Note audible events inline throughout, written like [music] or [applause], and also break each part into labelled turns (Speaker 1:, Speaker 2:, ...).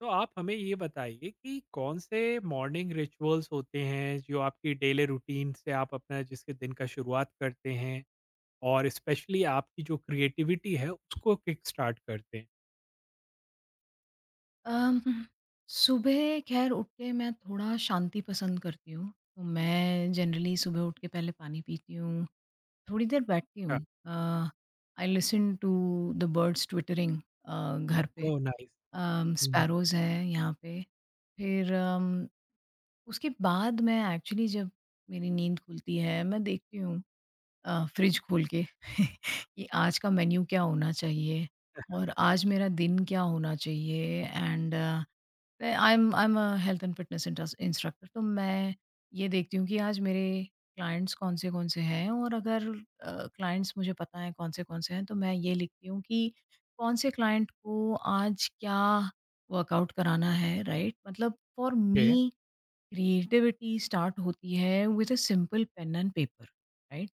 Speaker 1: तो आप हमें ये बताइए कि कौन से मॉर्निंग रिचुअल्स होते हैं जो आपकी डेली रूटीन से आप अपना जिसके दिन का शुरुआत करते हैं और स्पेशली आपकी जो क्रिएटिविटी है उसको किक स्टार्ट करते हैं?
Speaker 2: अम, सुबह ख़ैर उठ के मैं थोड़ा शांति पसंद करती हूँ। तो मैं जनरली सुबह उठ के पहले पानी पीती हूँ, थोड़ी देर बैठती
Speaker 1: हाँ।
Speaker 2: हूँ। Uh, I listen to the birds twittering घर पे।
Speaker 1: Oh nice. हुँ।
Speaker 2: स्पैरोज़ हैं यहाँ पे। फिर उसके बाद मैं एक्चुअली, जब मेरी नींद खुलती है, मैं देखती हूँ फ्रिज खोल के [laughs] कि आज का मेन्यू क्या होना चाहिए और आज मेरा दिन क्या होना चाहिए, and I am a health and fitness instructor, तो मैं ये देखती हूँ कि आज मेरे क्लाइंट्स कौन से हैं, और अगर क्लाइंट्स मुझे पता है कौन से हैं, तो मैं ये लिखती हूँ कि कौन से क्लाइंट को आज क्या वर्कआउट कराना है। राइट, मतलब for
Speaker 1: okay,
Speaker 2: me creativity start होती है with a simple pen and paper, right,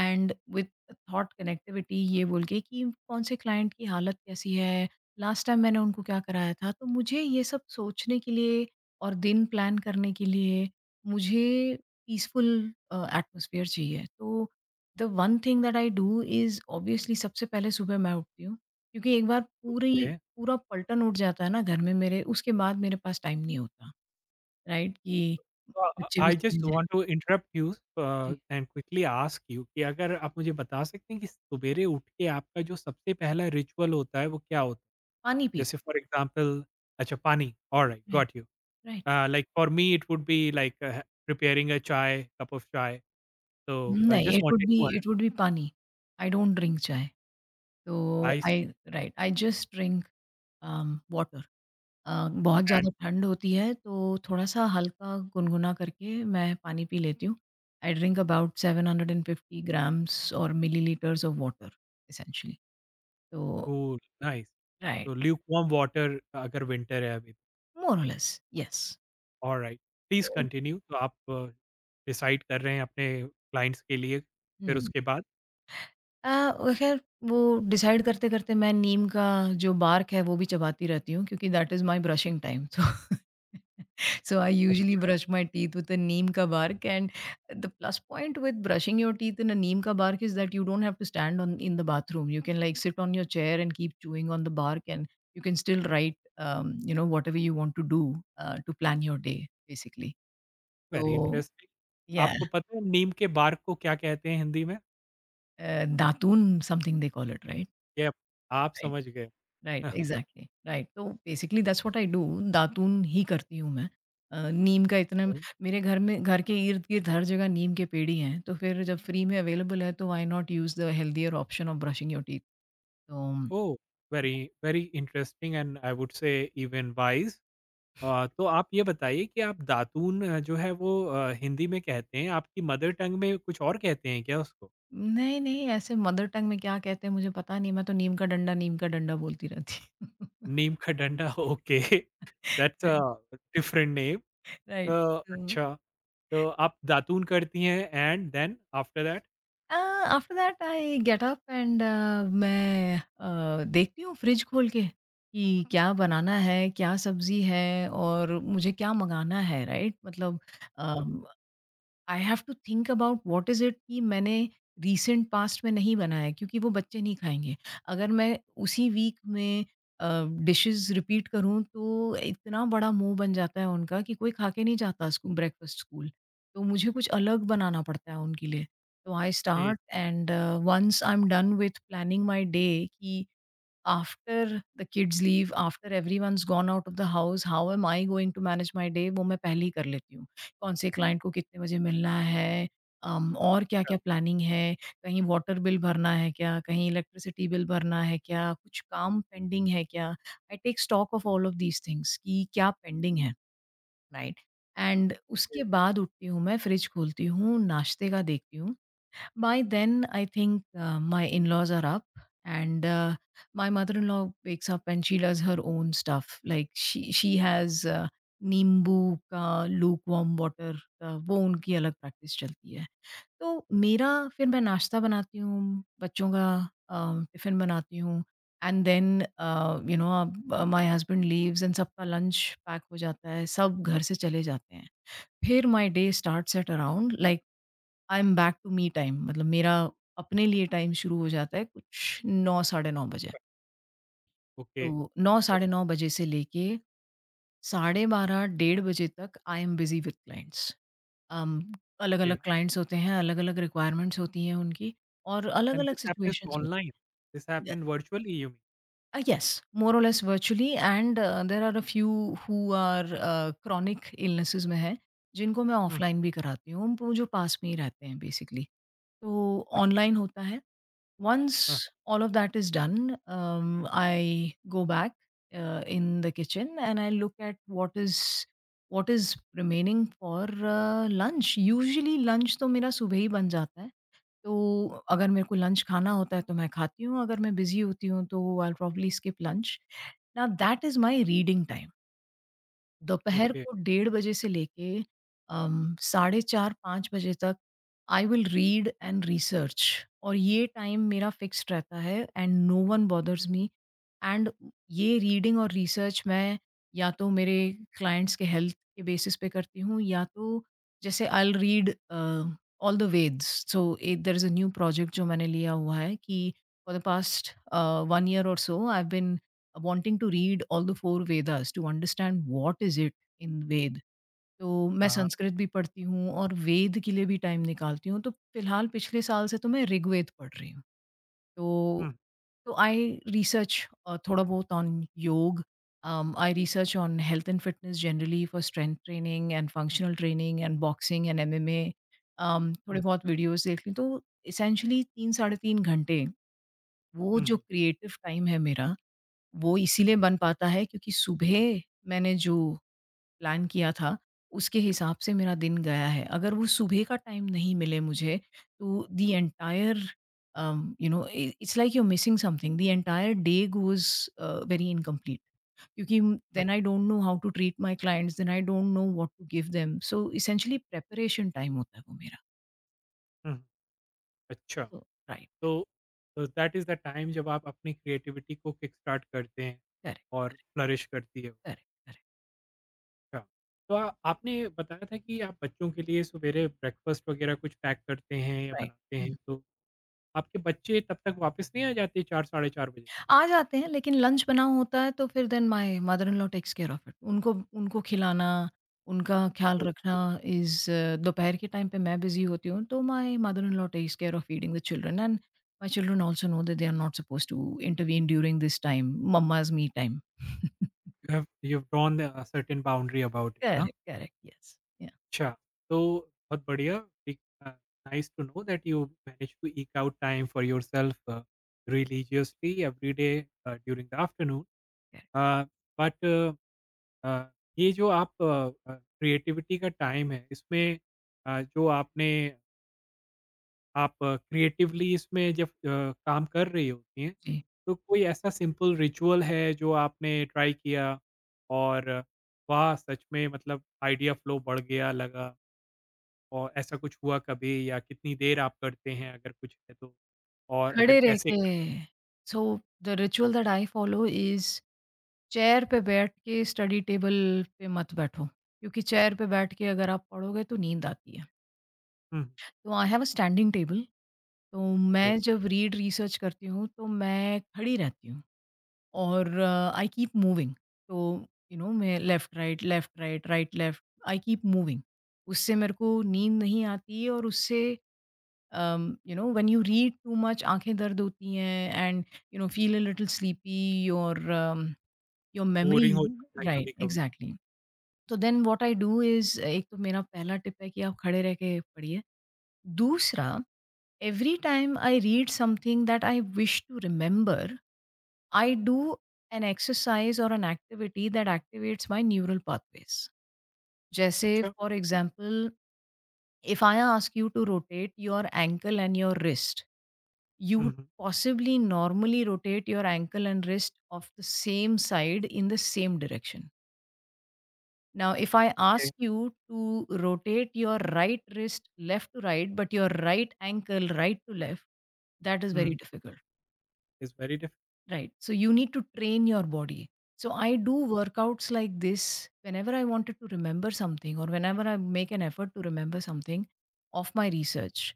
Speaker 2: and with thought connectivity, ये बोल के कि कौन से client की हालत कैसी है, लास्ट टाइम मैंने उनको क्या कराया था। तो मुझे ये सब सोचने के लिए और दिन प्लान करने के लिए मुझे पीसफुल एटमोसफियर चाहिए। तो the one thing that I do is obviously, सबसे पहले सुबह मैं उठती हूँ, क्योंकि एक बार पूरी
Speaker 1: ओके।
Speaker 2: पूरा पलटन उठ जाता है ना घर में मेरे, उसके बाद मेरे पास टाइम नहीं होता। राइट? कि
Speaker 1: तो
Speaker 2: बच्चे भी
Speaker 1: आई जस्ट
Speaker 2: चले जाएँ।
Speaker 1: Want to interrupt you uh,
Speaker 2: जी।
Speaker 1: एंड क्विकली आस्क यू कि अगर आप मुझे बता सकते हैं कि सवेरे उठ के आपका जो सबसे पहला रिचुअल होता है वो क्या होता है?
Speaker 2: पानी
Speaker 1: जैसे
Speaker 2: पीती
Speaker 1: फॉर
Speaker 2: हूँ।
Speaker 1: एग्ज़ाम्पल। अच्छा, पानी, alright,
Speaker 2: right,
Speaker 1: got you.
Speaker 2: Right.
Speaker 1: Like for me, it would be like preparing a chai, cup of chai. So I
Speaker 2: नहीं,
Speaker 1: just
Speaker 2: it would
Speaker 1: wanted
Speaker 2: be
Speaker 1: to
Speaker 2: it would be pani. I don't drink chai. तो
Speaker 1: I
Speaker 2: I,
Speaker 1: see.
Speaker 2: Right, I just drink water. बहुत
Speaker 1: And
Speaker 2: ज़्यादा ठंड होती है, तो थोड़ा-सा हल्का गुनगुना करके मैं पानी पी लेती हूँ। आई ड्रिंक अबाउट 750 ग्राम्स और मिलीलीटर्स ऑफ वाटर एसेंशियली। तो
Speaker 1: cool, nice.
Speaker 2: राइट,
Speaker 1: तो lukewarm वाटर अगर विंटर है अभी।
Speaker 2: मोर और लेस, येस।
Speaker 1: और राइट, प्लीज कंटिन्यू। तो आप डिसाइड कर रहे हैं अपने क्लाइंट्स के लिए फिर
Speaker 2: हुँ।
Speaker 1: उसके बाद।
Speaker 2: अ, वो ख़ैर, वो डिसाइड करते-करते मैं नीम का जो बार्क है वो भी चबाती रहती हूँ, क्योंकि that is my brushing time. So I usually
Speaker 1: अच्छा,
Speaker 2: brush my teeth with a [laughs] neem का bark, and the plus point with brushing your teeth in a neem का bark is that you don't have to stand on in the bathroom. You can like sit on your chair and keep chewing on the bark, and you can still write you know, whatever you want to do to plan your day basically. So
Speaker 1: very interesting.
Speaker 2: yeah,
Speaker 1: आपको पता है नीम के bark को क्या कहते हैं हिंदी में?
Speaker 2: datul something they call it, right?
Speaker 1: ये आप समझ गए।
Speaker 2: Right,
Speaker 1: [laughs]
Speaker 2: exactly, right. तो basically that's what I do. दातून ही करती हूँ मैं। नीम का इतना मेरे घर में, घर के इर्द-गिर्द हर जगह नीम के पेड़ ही हैं, तो फिर जब फ्री में अवेलेबल है, तो why not use the healthier option of brushing your teeth. तो
Speaker 1: oh, very very interesting, and I would say even wise. तो आप ये बताइए कि आप दातून जो है वो हिंदी में कहते हैं, आपकी मदर टंग में कुछ और कहते हैं क्या उसको?
Speaker 2: नहीं, नहीं ऐसे मदर टंग में क्या कहते हैं मुझे पता नहीं। मैं तो नीम का डंडा बोलती रहती हूँ।
Speaker 1: नीम का डंडा। [laughs] Okay,
Speaker 2: [laughs]
Speaker 1: that's a
Speaker 2: right,
Speaker 1: different name.
Speaker 2: Right.
Speaker 1: तो
Speaker 2: तो
Speaker 1: अच्छा, तो आप दातून करती हैं and then after that?
Speaker 2: After that I get up, and मैं देखती हूँ फ्रिज खोल के कि क्या बनाना है, क्या सब्ज़ी है और मुझे क्या मँगाना है। राइट? मतलब। हुँ।
Speaker 1: हाँ।
Speaker 2: I have to think about what is it, कि मैंने रिसेंट पास्ट में नहीं बनाया, क्योंकि वो बच्चे नहीं खाएँगे। अगर मैं उसी वीक में अ, डिशेज़ रिपीट करूँ, तो इतना बड़ा मुँह बन जाता है उनका कि कोई खा के नहीं जाता स्कू ब्रेकफ़ास्ट स्कूल। तो मुझे कुछ अलग बनाना पड़ता है उनके लिए। तो आई
Speaker 1: जी।
Speaker 2: Start, and once I am done with planning my day, कि after the kids leave, after everyone's gone out of the house, how am I going to manage my day, वो मैं पहले ही कर लेती हूँ। कौन से क्लाइंट को कितने बजे मिलना है, और क्या-क्या प्लानिंग है, कहीं वाटर बिल भरना है क्या, कहीं इलेक्ट्रिसिटी बिल भरना है क्या, कुछ काम पेंडिंग है क्या? I take stock of all of these things कि क्या पेंडिंग है, राइट? एंड उसके बाद उठती हूँ मैं, फ्रिज खोलती हूँ, नाश्ते का देखती हूँ। By then, I think my in laws are up, and my mother in law wakes up and she does her own stuff. Like she has नींबू का लूकवार्म वाटर का, वो उनकी अलग प्रैक्टिस चलती है। तो मेरा, फिर मैं नाश्ता बनाती हूँ, बच्चों का टिफिन बनाती हूँ, and then you know my husband leaves, and सबका लंच पैक हो जाता है, सब घर से चले जाते हैं। फिर my day starts at around, I am back to me time, मतलब मेरा अपने लिए टाइम शुरू हो जाता है कुछ 9 साढ़े 9 बजे।
Speaker 1: ओके,
Speaker 2: तो 9 साढ़े 9 बजे से लेके साढ़े 12 डेढ़ बजे तक I am busy with clients. Um,
Speaker 1: okay.
Speaker 2: अलग-अलग क्लाइंट्स होते हैं, अलग-अलग रिक्वायरमेंट्स होती हैं उनकी, और
Speaker 1: एंड
Speaker 2: अलग-अलग
Speaker 1: दिस हैपेंस
Speaker 2: सिचुएशंस
Speaker 1: ऑनलाइन?
Speaker 2: होती
Speaker 1: दिस
Speaker 2: हैं।
Speaker 1: Happened virtually, you mean?
Speaker 2: Yes, more और less virtually, and there are a few who are chronic illnesses में हैं, जिनको मैं
Speaker 1: हुँ।
Speaker 2: ऑफलाइन भी कराती हूँ, वो जो पास में ही रहते हैं बेसिकली। तो ऑनलाइन होता है। Once
Speaker 1: अच्छा।
Speaker 2: all of that is done, I go back in the kitchen and I look at what is remaining for lunch. Usually lunch तो मेरा सुबह ही बन जाता है। तो अगर मेरे को लंच खाना होता है तो मैं खाती हूँ, अगर मैं बिज़ी होती हूँ तो I will skip lunch. Now that is my reading, दोपहर
Speaker 1: ओके।
Speaker 2: को डेढ़ बजे से लेके साढ़े 4-5 बजे तक I will read and research, और ये टाइम मेरा फिक्स्ड रहता है, and no one bothers me. And ये रीडिंग और रिसर्च मैं या तो मेरे क्लाइंट्स के हेल्थ के बेसिस पे करती हूँ, या तो जैसे I will read all the Vedas. So there is a new project जो मैंने लिया हुआ है, कि for the past one year और so I wanting to read all the four Vedas to understand what is it in Veda. तो मैं
Speaker 1: हाँ, हाँ।
Speaker 2: संस्कृत भी पढ़ती हूँ और वेद के लिए भी टाइम निकालती हूँ, तो फिलहाल पिछले साल से तो मैं रीग्वेद पढ़ रही हूँ। तो
Speaker 1: हुँ,
Speaker 2: तो I research थोड़ा बहुत on योग. I research on health and fitness generally for strength training and functional training and boxing and MMA,
Speaker 1: हुँ,
Speaker 2: थोड़े बहुत वीडियोस देखती हूँ। तो essentially 3 साढ़े 3 घंटे वो
Speaker 1: हुँ,
Speaker 2: जो
Speaker 1: हुँ,
Speaker 2: क्रिएटिव टाइम है मेरा, वो इसीलिए बन पाता है क्योंकि सुबह मैंने जो प्लान किया था, उसके हिसाब से मेरा दिन गया है। अगर वो सुबह का टाइम नहीं मिले मुझे, तो द एंटायर, यू नो, इ it's like you are missing something. The entire day goes very incomplete, क्योंकि
Speaker 1: हुँ,
Speaker 2: then I don't know how to treat my clients, then I don't know what to give them. So essentially preparation time होता है वो मेरा।
Speaker 1: हुँ। अच्छा।
Speaker 2: So right,
Speaker 1: तो that is the time जब आप अपनी क्रिएटिविटी को किक स्टार्ट करते हैं
Speaker 2: करेक्ट,
Speaker 1: और फ्लरिश करती है वो।
Speaker 2: करेक्ट, करेक्ट,
Speaker 1: अच्छा, तो आ आपने बताया था कि आप बच्चों के लिए सवेरे ब्रेकफ़ास्ट वग़ैरह कुछ पैक करते हैं या बनाते हैं,
Speaker 2: राइट।
Speaker 1: तो आपके बच्चे तब तक वापस नहीं आ जाते 4 साढ़े 4 बजे?
Speaker 2: आ जाते हैं लेकिन लंच बना होता है, तो फिर then my mother in law takes care of it. उनको उनको खिलाना, उनका ख्याल
Speaker 1: तो
Speaker 2: रखना इज़, दोपहर के टाइम पे मैं बिज़ी होती हूँ तो my mother in law takes care of feeding the children, and my children also know that they are not supposed to intervene during this time, mamma's me time. [laughs]
Speaker 1: You have drawn a certain boundary about it, हाँ?
Speaker 2: Correct, correct, yes. Yeah,
Speaker 1: अच्छा, तो बहुत बढ़िया। ठीक। Nice to know that you manage to eke out time for yourself, religiously every day, during the afternoon।
Speaker 2: Correct.
Speaker 1: Uh, but uh, ये जो आप creativity का टाइम है, इसमें जो आपने आप क्रिएटिवली इसमें जब काम कर रही होती हैं,
Speaker 2: जी।
Speaker 1: तो कोई ऐसा सिंपल रिचुअल है जो आपने ट्राई किया, और वाह! सच में मतलब आइडिया फ्लो बढ़ गया लगा, और ऐसा कुछ हुआ कभी, या कितनी देर आप करते हैं अगर कुछ है तो? और अगर
Speaker 2: खड़े रह
Speaker 1: कैसे
Speaker 2: के,
Speaker 1: करते हैं?
Speaker 2: So the ritual that I follow is, chair पे बैठ के स्टडी टेबल पे मत बैठो, क्योंकि चेयर पे बैठ के अगर आप पढ़ोगे तो नींद आती है।
Speaker 1: हुँ, हुँ।
Speaker 2: तो I have a standing table, तो
Speaker 1: ओके।
Speaker 2: मैं जब रीड रिसर्च करती हूँ तो मैं खड़ी रहती हूँ, और आई कीप मूविंग। तो यू नो, मैं left right right left, I keep moving. उससे मेरे को नींद नहीं आती, और उससे you know, when you read too much, आंखें दर्द होती हैं, and you know, feel a little sleepy, your your memory.
Speaker 1: Boring हो जाता है
Speaker 2: राइट,
Speaker 1: कभी-कभार।
Speaker 2: एग्जैक्टली। तो then what I do is, एक तो मेरा पहला टिप है कि आप खड़े रह के पढ़िए। दूसरा, every time I read something that I wish to remember, I do an exercise और an activity that activates my neural pathways. जैसे
Speaker 1: अच्छा।
Speaker 2: For example, if I ask you to rotate your ankle and your wrist, you
Speaker 1: हुँ,
Speaker 2: would
Speaker 1: हुँ।
Speaker 2: possibly normally rotate your ankle and wrist of the same side in the same direction. Now, if I
Speaker 1: okay.
Speaker 2: ask you to rotate your right wrist left to right, but your right ankle right to left, that is
Speaker 1: हुँ।
Speaker 2: very difficult,
Speaker 1: it's very diff.
Speaker 2: right? So, you need to train your body. So, I do workouts like this whenever I wanted to remember something, or whenever I make an effort to remember something of my research.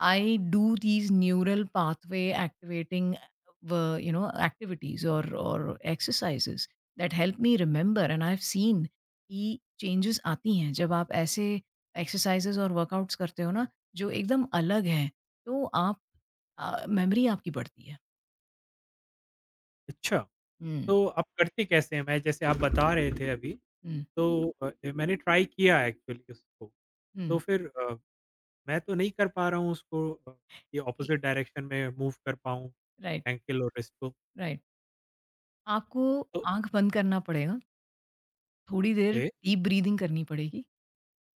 Speaker 2: I do these neural pathway activating, you know, activities or exercises that help me remember. And I've seen these changes आती हैं, जब आप ऐसे exercises और workouts करते हो ना, जो एकदम अलग हैं, तो आप memory आपकी बढ़ती है।
Speaker 1: अच्छा। तो आप करते कैसे हैं? मैं जैसे आप बता रहे थे अभी, तो मैंने ट्राई किया एक्चुअली उसको। तो फिर मैं तो नहीं कर पा रहा हूँ उसको ये अपोज़िट डायरेक्शन में मूव कर पाऊँ,
Speaker 2: Right,
Speaker 1: एंकल और रिस्ट को।
Speaker 2: right. आपको
Speaker 1: तो
Speaker 2: आंख बंद करना पड़ेगा थोड़ी देर,
Speaker 1: ओके।
Speaker 2: deep breathing करनी पड़ेगी,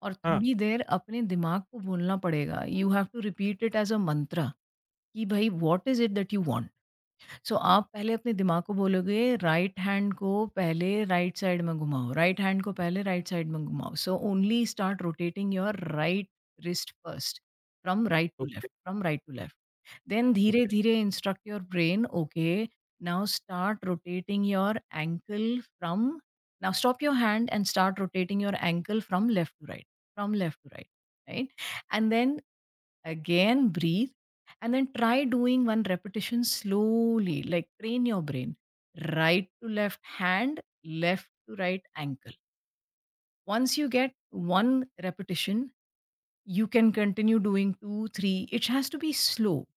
Speaker 2: और
Speaker 1: हाँ।
Speaker 2: थोड़ी देर अपने दिमाग को बोलना पड़ेगा, you have to repeat it as a mantra, कि भाई what is it that you want? So आप पहले अपने दिमाग को बोलोगे, राइट हैंड को पहले राइट साइड में घुमाओ, राइट हैंड को पहले राइट साइड में घुमाओ। So only start rotating your right wrist first, from right to
Speaker 1: okay,
Speaker 2: left, from right to left. Then dheere,
Speaker 1: okay.
Speaker 2: dheere, instruct your brain, okay, now start rotating your ankle from, now stop your hand and start rotating your ankle from left to right, from left to right, right? And then again breathe, and then try doing one repetition slowly, like train your brain. Right to left hand, left to right ankle. Once you get one repetition, you can continue doing 2 3. It has to be slow,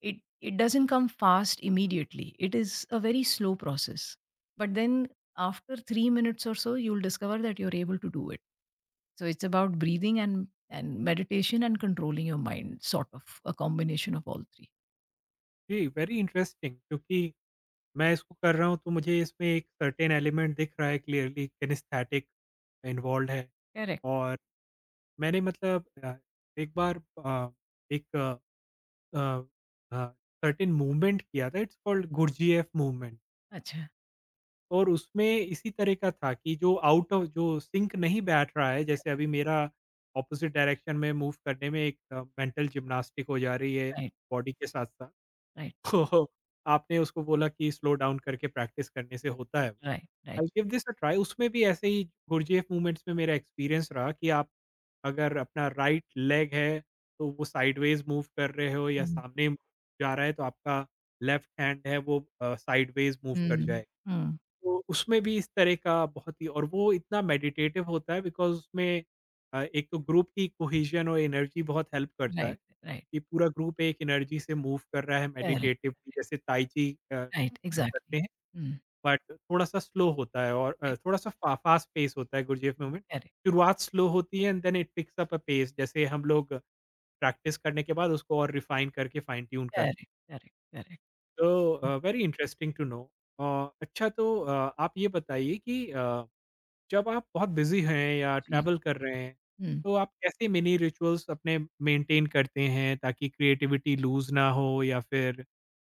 Speaker 2: it doesn't come fast immediately, it is a very slow process. But then after 3 minutes or so, you'll discover that you're able to do it. So it's about breathing and meditation and controlling your mind, sort of a combination of all three.
Speaker 1: जी, very interesting, क्योंकि मैं इसको कर रहा हूँ तो मुझे इसमें एक सर्टेन एलिमेंट दिख रहा है, क्लियरली किनेस्थेटिक इन्वॉल्वड है।
Speaker 2: Correct.
Speaker 1: और मैंने मतलब एक बार एक अ अ, सर्टेन मूवमेंट किया था, it's called Gurdjieff movement.
Speaker 2: Acha.
Speaker 1: और उसमें इसी तरह का था कि जो आउट ऑफ जो सिंक नहीं बैठ रहा है, जैसे अभी मेरा ऑपोज़िट डायरेक्शन में मूव करने में एक मेंटल जिम्नास्टिक हो जा रही है,
Speaker 2: Right,
Speaker 1: बॉडी के साथ-साथ।
Speaker 2: right,
Speaker 1: [laughs] तो आपने उसको बोला कि स्लो डाउन करके प्रैक्टिस करने से होता है वो।
Speaker 2: right, right.
Speaker 1: I give this a try, उसमें भी ऐसे ही गुरजेफ मूवमेंट्स में मेरा एक्सपीरियंस रहा कि आप, अगर अपना राइट लेग है, तो वो साइडवेज़ मूव कर रहे हो या
Speaker 2: Mm.
Speaker 1: सामने जा रहा है, तो आपका लेफ्ट हैंड है वो साइडवेज़ मूव कर
Speaker 2: Mm.
Speaker 1: जाए।
Speaker 2: Mm.
Speaker 1: तो उसमें भी इस तरह का बहुत ही। और वो इतना मेडिटेटिव होता है बिकॉज़ उसमें एक तो ग्रुप की कोहेज़न और एनर्जी बहुत हेल्प करता है,
Speaker 2: Right, right.
Speaker 1: कि पूरा ग्रुप एक एनर्जी से मूव कर रहा है
Speaker 2: Correct.
Speaker 1: मेडिटेटिवली, जैसे ताइ ची
Speaker 2: Right,
Speaker 1: करते
Speaker 2: exactly.
Speaker 1: हैं।
Speaker 2: Mm.
Speaker 1: बट थोड़ा-सा स्लो होता है और
Speaker 2: Right.
Speaker 1: थोड़ा-सा फ़ास्ट पेस होता है गुरजेफ मूवमेंट।
Speaker 2: Correct,
Speaker 1: शुरुआत स्लो होती है and then it picks up a pace, जैसे हम लोग प्रैक्टिस करने के बाद उसको और रिफ़ाइन करके फाइन ट्यून कर लें।
Speaker 2: correct, correct, correct.
Speaker 1: तो
Speaker 2: Mm.
Speaker 1: Very interesting to know. Uh, अच्छा, तो आप ये बताइए कि जब आप बहुत बिजी हैं या ट्रैवल कर रहे हैं,
Speaker 2: जी।
Speaker 1: तो आप कैसे मिनी रिचुअल्स अपने मेंटेन करते हैं, ताकि क्रिएटिविटी लूज़ ना हो, या फिर,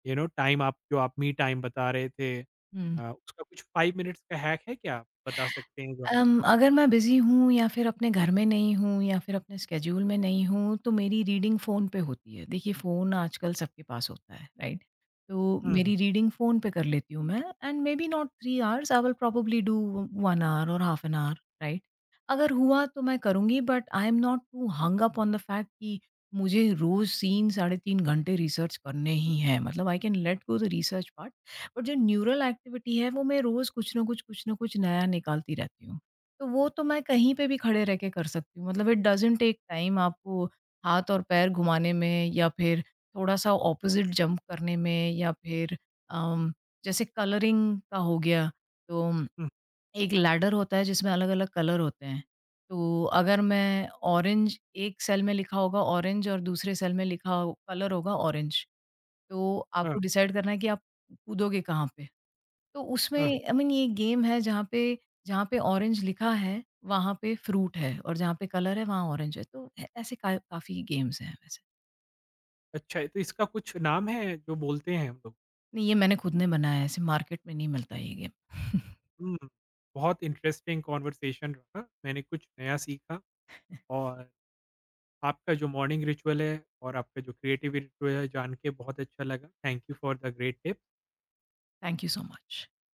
Speaker 1: यू नो, टाइम आप जो आप मी टाइम बता रहे थे,
Speaker 2: Hmm.
Speaker 1: उसका कुछ 5 मिनट्स का हैक है क्या? आप बता सकते हैं जो हम।
Speaker 2: अगर मैं बिज़ी हूँ, या फिर अपने घर में नहीं हूँ, या फिर अपने स्केड्यूल में नहीं हूँ, तो मेरी रीडिंग फ़ोन पे होती है। देखिए, फ़ोन आजकल सबके पास होता है, राइट? तो
Speaker 1: हुँ, हुँ,
Speaker 2: मेरी रीडिंग फ़ोन पे कर लेती हूँ मैं, and maybe not 3 hours, I will probably do 1 hour और हाफ एन आवर, राइट? अगर हुआ तो मैं करूँगी, but I am not to hang up on the fact कि मुझे रोज़ 3 साढ़े 3 घंटे रिसर्च करने ही हैं। मतलब I can let go the research part, but जो न्यूरल एक्टिविटी है, वो मैं रोज़ कुछ ना कुछ नया निकालती रहती हूँ। तो वो तो मैं कहीं पे भी खड़े रह के कर सकती हूँ। मतलब इट डज़न्ट टेक टाइम आपको हाथ और पैर घुमाने में, या फिर थोड़ा-सा ऑपोज़िट जंप करने में, या फिर अम, जैसे कलरिंग का हो गया, तो
Speaker 1: हुँ।
Speaker 2: एक लैडर होता है जिसमें अलग-अलग कलर होते हैं। तो अगर मैं ऑरेंज, एक सेल में लिखा होगा ऑरेंज और दूसरे सेल में लिखा हो कलर होगा ऑरेंज, तो
Speaker 1: हाँ,
Speaker 2: आपको डिसाइड करना है कि आप कूदोगे कहाँ पे। तो उसमें,
Speaker 1: हाँ।
Speaker 2: आई मीन, ये गेम है, जहाँ पे ऑरेंज लिखा है, वहाँ पे फ्रूट है, और जहाँ पे कलर है वहाँ ऑरेंज है। तो ऐ ऐसे का काफ़ी गेम्स हैं वैसे।
Speaker 1: अच्छा, तो इसका कुछ नाम है जो बोलते हैं हम लोग?
Speaker 2: नहीं, ये मैंने खुद ने बनाया है, ऐसे मार्केट में नहीं मिलता ये गेम।
Speaker 1: हुँ। बहुत इंटरेस्टिंग कन्वर्सेशन रहा। मैंने कुछ नया सीखा, और आपका जो मॉर्निंग रिचुअल है और आपका जो क्रिएटिव रिचुअल है, जान के बहुत अच्छा लगा। Thank you for the great tip.
Speaker 2: Thank you so much. [laughs]